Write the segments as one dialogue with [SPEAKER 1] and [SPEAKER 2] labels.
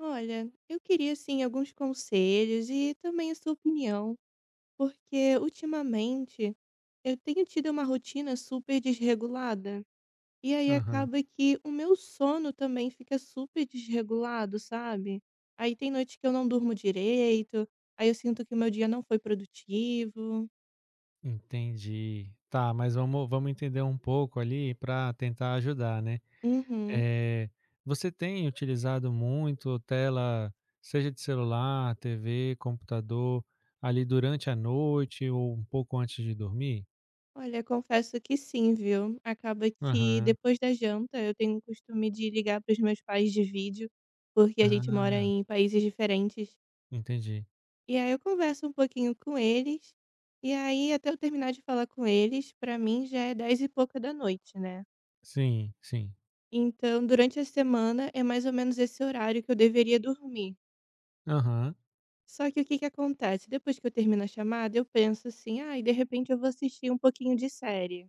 [SPEAKER 1] Olha, eu queria assim alguns conselhos e também a sua opinião, porque ultimamente eu tenho tido uma rotina super desregulada. E aí
[SPEAKER 2] Aham,
[SPEAKER 1] acaba que o meu sono também fica super desregulado, sabe? Aí tem noite que eu não durmo direito, aí eu sinto que o meu dia não foi produtivo.
[SPEAKER 2] entendi. Tá, mas vamos entender um pouco ali para tentar ajudar, né?
[SPEAKER 1] Uhum.
[SPEAKER 2] Eh, Você tem utilizado muito tela, seja de celular, TV, computador, ali durante a noite ou um pouco antes de dormir?
[SPEAKER 1] Olha, confesso que sim, viu? Acaba que
[SPEAKER 2] Aham.
[SPEAKER 1] depois da janta eu tenho o costume de ligar para os meus pais de vídeo, porque a gente mora
[SPEAKER 2] Ah,
[SPEAKER 1] em países diferentes.
[SPEAKER 2] entendi.
[SPEAKER 1] E aí eu converso um pouquinho com eles, e aí até eu terminar de falar com eles, pra mim já é 10 e pouca da noite, né.
[SPEAKER 2] Sim, sim.
[SPEAKER 1] Então durante a semana é mais ou menos esse horário que eu deveria dormir.
[SPEAKER 2] Aham,
[SPEAKER 1] Só que o que que acontece, depois que eu termino a chamada eu penso assim: "Ah, e de repente eu vou assistir um pouquinho de série".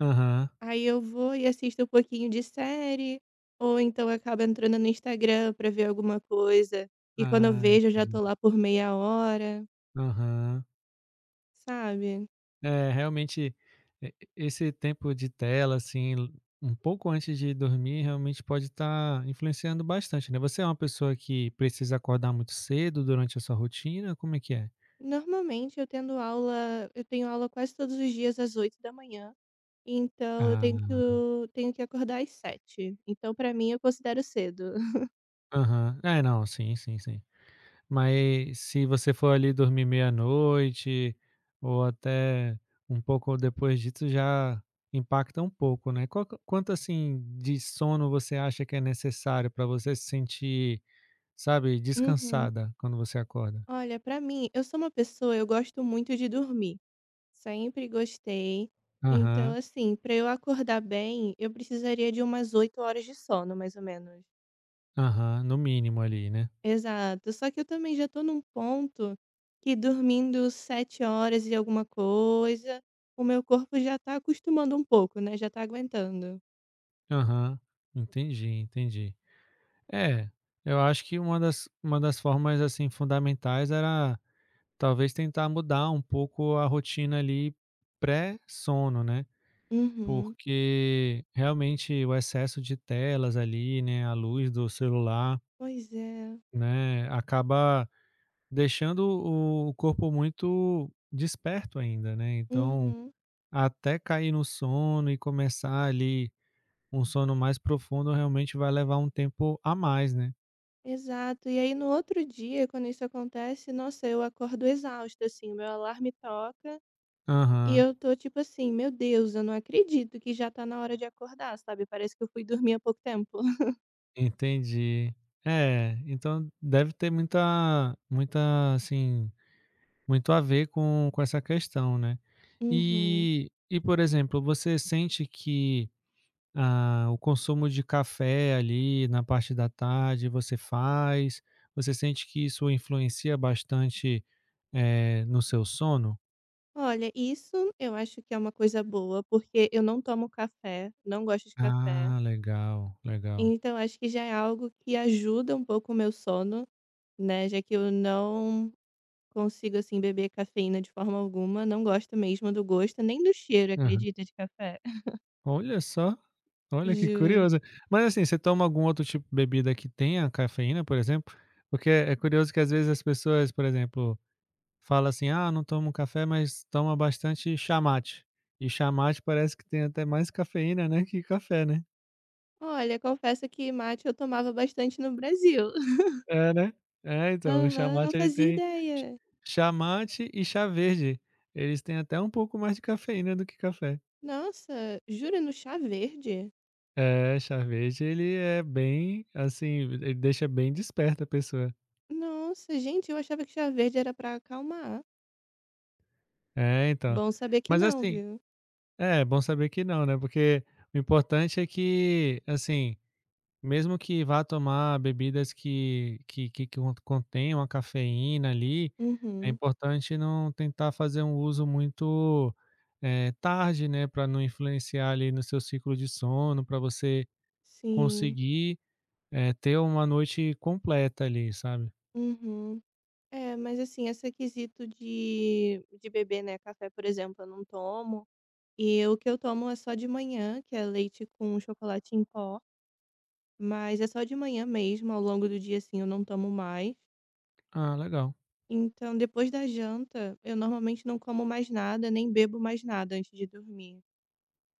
[SPEAKER 2] aham.
[SPEAKER 1] Aí eu vou e assisto um pouquinho de série, ou então acabo entrando no Instagram pra ver alguma coisa, e quando eu
[SPEAKER 2] Ah,
[SPEAKER 1] vejo eu já tô
[SPEAKER 2] entendi.
[SPEAKER 1] lá por meia hora,
[SPEAKER 2] Aham.
[SPEAKER 1] sabe.
[SPEAKER 2] É, realmente, e esse tempo de tela, assim, um pouco antes de dormir, realmente pode estar influenciando bastante, né. Você é uma pessoa que precisa acordar muito cedo durante a sua rotina? Como é que é?
[SPEAKER 1] Normalmente eu tenho aula quase todos os dias às 8 da manhã, então
[SPEAKER 2] Ah,
[SPEAKER 1] eu tenho que acordar às 7, então pra mim eu considero cedo.
[SPEAKER 2] aham. É, não, sim, sim, sim. Mas se você for ali dormir meia-noite ou até um pouco depois disso, já impacta um pouco, né. Quanto, assim, de sono você acha que é necessário para você se sentir, sabe,
[SPEAKER 1] Uhum.
[SPEAKER 2] descansada quando você acorda.
[SPEAKER 1] Olha, pra mim, eu sou uma pessoa, eu gosto muito de dormir, sempre gostei, então
[SPEAKER 2] Aham,
[SPEAKER 1] assim, pra eu acordar bem, eu precisaria de umas 8 horas de sono, mais ou menos.
[SPEAKER 2] aham, no mínimo ali, né.
[SPEAKER 1] Exato. Só que eu também já tô num ponto que dormindo 7 horas e alguma coisa, o meu corpo já tá acostumando um pouco, né, já tá aguentando.
[SPEAKER 2] Aham, entendi, entendi. É, eu acho que uma das formas, assim, fundamentais era talvez tentar mudar um pouco a rotina ali pré-sono, né,
[SPEAKER 1] Uhum.
[SPEAKER 2] porque realmente o excesso de telas ali, né, a luz do celular,
[SPEAKER 1] Pois é.
[SPEAKER 2] né, acaba deixando o corpo muito desperto ainda, né. Então
[SPEAKER 1] Uhum.
[SPEAKER 2] até cair no sono e começar ali um sono mais profundo, realmente vai levar um tempo a mais, né.
[SPEAKER 1] Exato. E aí no outro dia, quando isso acontece, nossa, eu acordo exausta, assim, o meu alarme toca e
[SPEAKER 2] Aham,
[SPEAKER 1] eu tô tipo assim: "Meu Deus, eu não acredito que já tá na hora de acordar", sabe, parece que eu fui dormir há pouco tempo.
[SPEAKER 2] entendi. É, então deve ter assim, muito a ver com essa questão, né.
[SPEAKER 1] Uhum.
[SPEAKER 2] E, por exemplo, você sente que, ah, o consumo de café ali na parte da tarde você faz, você sente que isso influencia bastante, no seu sono?
[SPEAKER 1] Olha, isso eu acho que é uma coisa boa, porque eu não tomo café, não gosto de café.
[SPEAKER 2] Ah, legal, legal.
[SPEAKER 1] Então acho que já é algo que ajuda um pouco o meu sono, né? Já que eu não consigo assim beber cafeína de forma alguma, não gosto mesmo do gosto, nem do cheiro,
[SPEAKER 2] Aham.
[SPEAKER 1] acredita, de café.
[SPEAKER 2] Olha só, olha que
[SPEAKER 1] Juro.
[SPEAKER 2] curioso. Mas assim, você toma algum outro tipo de bebida que tenha cafeína, por exemplo? Porque é curioso que às vezes as pessoas, por exemplo, falam assim: ah, não tomo café, mas toma bastante chamate. E chamate parece que tem até mais cafeína, né, que café, né?
[SPEAKER 1] Olha, confesso que mate eu tomava bastante no Brasil.
[SPEAKER 2] É, né? É, então, o
[SPEAKER 1] Aham, não
[SPEAKER 2] chamate ele
[SPEAKER 1] fazia
[SPEAKER 2] tem ch-
[SPEAKER 1] ideia.
[SPEAKER 2] chamate e chá verde. Eles têm até um pouco mais de cafeína do que café.
[SPEAKER 1] Nossa, jura no chá verde?
[SPEAKER 2] É, chá verde ele é bem, assim, ele deixa bem desperta a pessoa.
[SPEAKER 1] Nossa, gente, eu achava que chá verde era pra acalmar.
[SPEAKER 2] É, então.
[SPEAKER 1] Bom saber que
[SPEAKER 2] Mas
[SPEAKER 1] não,
[SPEAKER 2] assim,
[SPEAKER 1] viu.
[SPEAKER 2] é, bom saber que não, né, porque o importante é que, assim, mesmo que vá tomar bebidas que contenham a cafeína ali, é
[SPEAKER 1] Uhum,
[SPEAKER 2] importante não tentar fazer um uso muito, tarde, né, para não influenciar ali no seu ciclo de sono, para você
[SPEAKER 1] sim.
[SPEAKER 2] conseguir, ter uma noite completa ali, sabe.
[SPEAKER 1] Uhum. É, mas assim, esse quesito de beber, né, café, por exemplo, eu não tomo, e o que eu tomo é só de manhã, que é leite com chocolate em pó, mas é só de manhã mesmo, ao longo do dia, assim, eu não tomo mais.
[SPEAKER 2] Ah, legal.
[SPEAKER 1] Então, depois da janta, eu normalmente não como mais nada, nem bebo mais nada antes de dormir.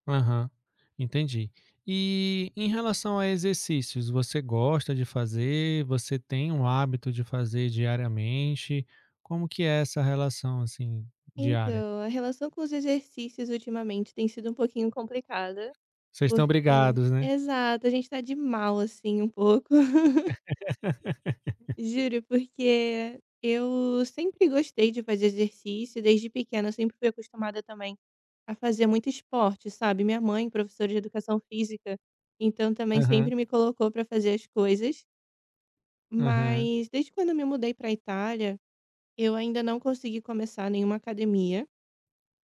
[SPEAKER 2] Aham, entendi. E em relação a exercícios, você gosta de fazer? Você tem um hábito de fazer diariamente? Como que é essa relação, assim, diária?
[SPEAKER 1] Então, a relação com os exercícios ultimamente tem sido um pouquinho complicada.
[SPEAKER 2] Vocês estão
[SPEAKER 1] Porque
[SPEAKER 2] brigados, né?
[SPEAKER 1] exato, a gente tá de mal, assim, um pouco. Juro, porque eu sempre gostei de fazer exercício, desde pequena, eu sempre fui acostumada também a fazer muito esporte, sabe. Minha mãe, professora de educação física, então também
[SPEAKER 2] Aham,
[SPEAKER 1] sempre me colocou pra fazer as coisas.
[SPEAKER 2] aham,
[SPEAKER 1] Mas desde quando eu me mudei pra Itália, eu ainda não consegui começar nenhuma academia,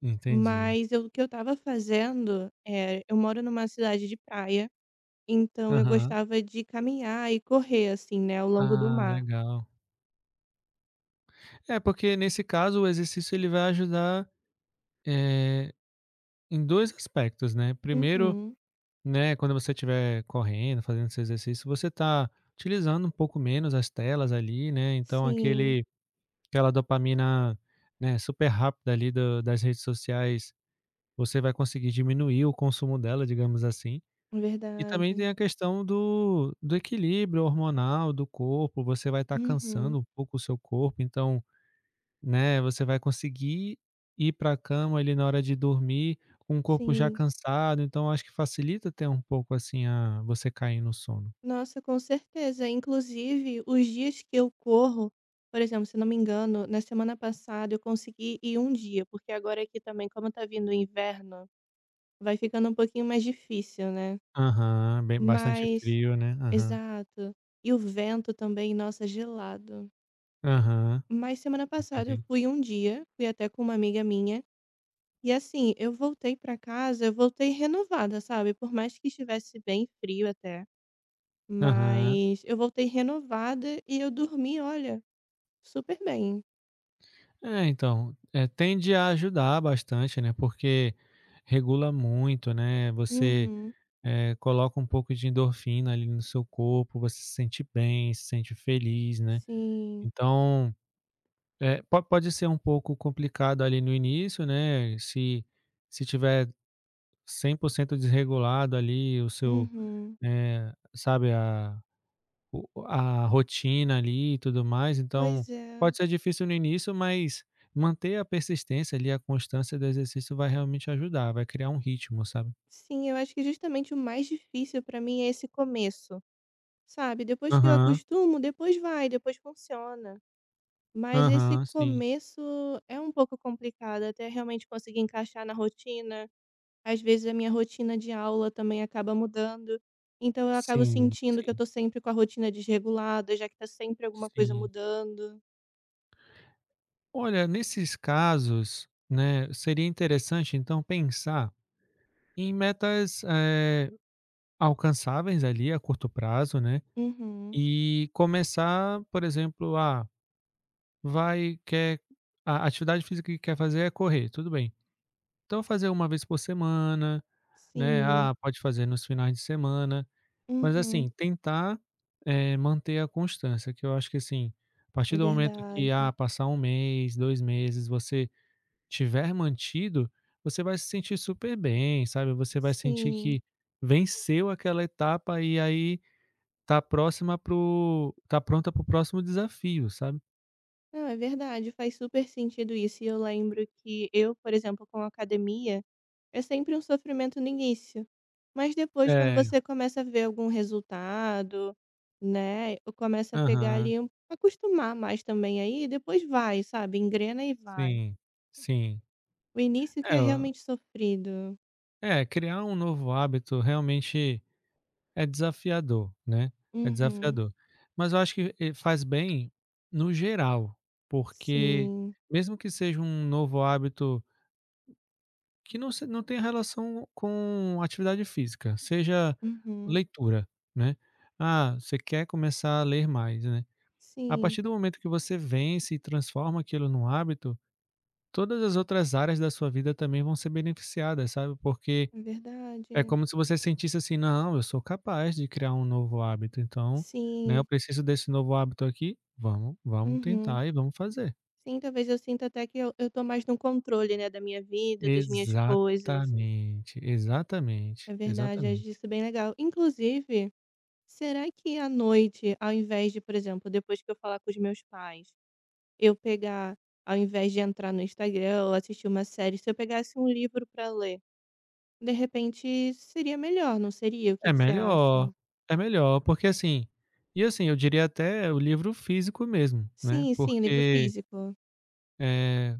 [SPEAKER 2] entendi.
[SPEAKER 1] mas eu o que eu estava fazendo, eu moro numa cidade de praia. Então eu
[SPEAKER 2] Aham.
[SPEAKER 1] gostava de caminhar e correr, assim, né, ao longo do
[SPEAKER 2] Ah,
[SPEAKER 1] mar.
[SPEAKER 2] legal. É, porque nesse caso o exercício ele vai ajudar, eh, em 2 aspectos, né. Primeiro,
[SPEAKER 1] Uhum.
[SPEAKER 2] né, quando você estiver correndo, fazendo seu exercício, você está utilizando um pouco menos as telas ali, né, então
[SPEAKER 1] Sim,
[SPEAKER 2] aquele aquela dopamina, né, super rápida ali do das redes sociais, você vai conseguir diminuir o consumo dela, digamos assim.
[SPEAKER 1] é
[SPEAKER 2] E também tem
[SPEAKER 1] verdade.
[SPEAKER 2] a questão do equilíbrio hormonal do corpo, você vai estar
[SPEAKER 1] Uhum,
[SPEAKER 2] cansando um pouco o seu corpo, então, né, você vai conseguir ir para a cama ali na hora de dormir com o corpo já
[SPEAKER 1] sim.
[SPEAKER 2] cansado, então acho que facilita até um pouco, assim, a você cair no sono.
[SPEAKER 1] Nossa, com certeza. Inclusive, os dias que eu corro, por exemplo, se não me engano, na semana passada eu consegui ir um dia, porque agora aqui também, como tá vindo o inverno, vai ficando um pouquinho mais difícil, né.
[SPEAKER 2] Aham, bem bastante
[SPEAKER 1] Mas
[SPEAKER 2] frio, né. Aham.
[SPEAKER 1] exato. E o vento também, nossa, gelado.
[SPEAKER 2] Aham,
[SPEAKER 1] Mas semana passada eu
[SPEAKER 2] entendi.
[SPEAKER 1] fui um dia, fui até com uma amiga minha. E assim, eu voltei pra casa, eu voltei renovada, sabe, por mais que estivesse bem frio até,
[SPEAKER 2] Aham.
[SPEAKER 1] mas eu voltei renovada e eu dormi, olha, super bem.
[SPEAKER 2] É, então, tende a ajudar bastante, né, porque regula muito, né, você,
[SPEAKER 1] Uhum.
[SPEAKER 2] coloca um pouco de endorfina ali no seu corpo, você se sente bem, se sente feliz, né.
[SPEAKER 1] Sim.
[SPEAKER 2] Então é, po pode ser um pouco complicado ali no início, né, se tiver 100% desregulado ali o seu,
[SPEAKER 1] Uhum.
[SPEAKER 2] sabe, a rotina ali e tudo mais, então
[SPEAKER 1] Pois é.
[SPEAKER 2] pode ser difícil no início, mas manter a persistência ali, a constância do exercício vai realmente ajudar, vai criar um ritmo, sabe.
[SPEAKER 1] Sim, eu acho que justamente o mais difícil pra mim é esse começo, sabe, depois que eu
[SPEAKER 2] Aham,
[SPEAKER 1] acostumo, depois vai, depois funciona. Mas esse
[SPEAKER 2] aham, sim.
[SPEAKER 1] começo é um pouco complicado até realmente conseguir encaixar na rotina. Às vezes a minha rotina de aula também acaba mudando, então eu acabo
[SPEAKER 2] Sim,
[SPEAKER 1] sentindo que eu
[SPEAKER 2] sim,
[SPEAKER 1] tô sempre com a rotina desregulada, já que tá sempre alguma coisa
[SPEAKER 2] sim.
[SPEAKER 1] mudando.
[SPEAKER 2] Olha, nesses casos, né, seria interessante então pensar em metas, alcançáveis ali a curto prazo, né,
[SPEAKER 1] Uhum.
[SPEAKER 2] e começar, por exemplo, ah, vai quer a atividade física que quer fazer é correr, tudo bem. Então fazer uma vez por semana, né,
[SPEAKER 1] Sim.
[SPEAKER 2] ah, pode fazer nos finais de semana, mas assim,
[SPEAKER 1] Uhum.
[SPEAKER 2] tentar, manter a constância, que eu acho que, assim, a
[SPEAKER 1] É
[SPEAKER 2] partir do momento que,
[SPEAKER 1] verdade.
[SPEAKER 2] ah, passar um mês, 2 meses, você tiver mantido, você vai se sentir super bem, sabe, você vai sentir
[SPEAKER 1] Sim.
[SPEAKER 2] que venceu aquela etapa e aí tá pronta pro próximo desafio, sabe.
[SPEAKER 1] Não, é verdade, faz super sentido isso. E eu lembro que eu, por exemplo, com a academia, é sempre um sofrimento no início, mas depois quando
[SPEAKER 2] É,
[SPEAKER 1] você começa a ver algum resultado, né, ou começa a pegar
[SPEAKER 2] aham,
[SPEAKER 1] ali um acostumar mais também aí, depois vai, sabe, engrena e vai.
[SPEAKER 2] sim, sim.
[SPEAKER 1] O início que
[SPEAKER 2] É,
[SPEAKER 1] é
[SPEAKER 2] ó,
[SPEAKER 1] realmente sofrido.
[SPEAKER 2] é, criar um novo hábito realmente é desafiador, né, é
[SPEAKER 1] Uhum.
[SPEAKER 2] desafiador. Mas eu acho que, faz bem no geral, porque
[SPEAKER 1] Sim.
[SPEAKER 2] mesmo que seja um novo hábito que não tenha relação com atividade física, seja
[SPEAKER 1] Uhum.
[SPEAKER 2] leitura, né. Ah, você quer começar a ler mais, né. A
[SPEAKER 1] Sim,
[SPEAKER 2] partir do momento que você vence e transforma aquilo num hábito, todas as outras áreas da sua vida também vão ser beneficiadas, sabe, porque
[SPEAKER 1] é
[SPEAKER 2] é
[SPEAKER 1] verdade.
[SPEAKER 2] como se você sentisse assim: "Não, eu sou capaz de criar um novo hábito, então, né, eu
[SPEAKER 1] Sim.
[SPEAKER 2] preciso desse novo hábito aqui, vamos
[SPEAKER 1] Uhum.
[SPEAKER 2] tentar e vamos fazer".
[SPEAKER 1] Sim, talvez eu sinta até que eu tô mais no controle, né, da minha vida, das minhas coisas.
[SPEAKER 2] Exatamente, exatamente,
[SPEAKER 1] É verdade, acho
[SPEAKER 2] exatamente.
[SPEAKER 1] isso bem legal. Inclusive, será que à noite, ao invés de, por exemplo, depois que eu falar com os meus pais, eu pegar, ao invés de entrar no Instagram ou assistir uma série, se eu pegasse um livro para ler, de repente seria melhor, não seria? O que
[SPEAKER 2] É
[SPEAKER 1] que você
[SPEAKER 2] melhor,
[SPEAKER 1] acha?
[SPEAKER 2] é melhor, porque assim, e assim, eu diria até o livro físico mesmo, né,
[SPEAKER 1] Sim, sim, livro
[SPEAKER 2] porque,
[SPEAKER 1] físico.
[SPEAKER 2] eh,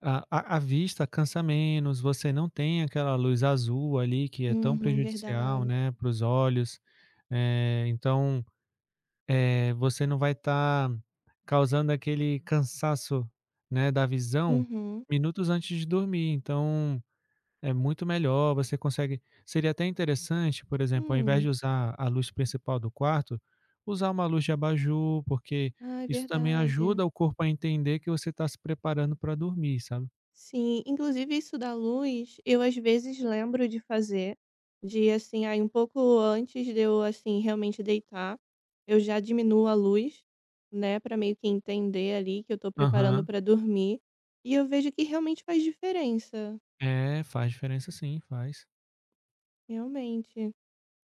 [SPEAKER 2] a vista cansa menos, você não tem aquela luz azul ali que é tão
[SPEAKER 1] Uhum,
[SPEAKER 2] prejudicial,
[SPEAKER 1] verdade.
[SPEAKER 2] né, para os olhos, então, você não vai estar causando aquele cansaço, né, da visão
[SPEAKER 1] Uhum.
[SPEAKER 2] minutos antes de dormir, então é muito melhor, você consegue, seria até interessante, por exemplo, ao invés
[SPEAKER 1] Hum.
[SPEAKER 2] de usar a luz principal do quarto, usar uma luz de abajur, porque
[SPEAKER 1] Ai,
[SPEAKER 2] isso também
[SPEAKER 1] verdade.
[SPEAKER 2] ajuda o corpo a entender que você está se preparando para dormir, sabe.
[SPEAKER 1] Sim, inclusive isso da luz, eu às vezes lembro de fazer, de assim, aí um pouco antes de eu assim realmente deitar, eu já diminuo a luz, né, para meio que entender ali que eu tô preparando
[SPEAKER 2] Aham.
[SPEAKER 1] para dormir, e eu vejo que realmente faz diferença,
[SPEAKER 2] É, faz diferença sim, faz.
[SPEAKER 1] realmente.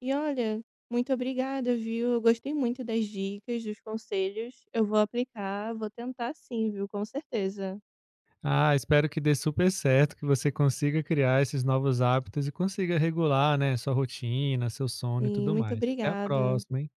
[SPEAKER 1] E olha, muito obrigada, viu? Eu gostei muito das dicas, dos conselhos. Eu vou aplicar, vou tentar sim, viu? Com certeza.
[SPEAKER 2] Ah, espero que dê super certo, que você consiga criar esses novos hábitos e consiga regular, né, sua rotina, seu sono e
[SPEAKER 1] Sim,
[SPEAKER 2] tudo
[SPEAKER 1] muito
[SPEAKER 2] mais. Até a
[SPEAKER 1] obrigada.
[SPEAKER 2] próxima, hein.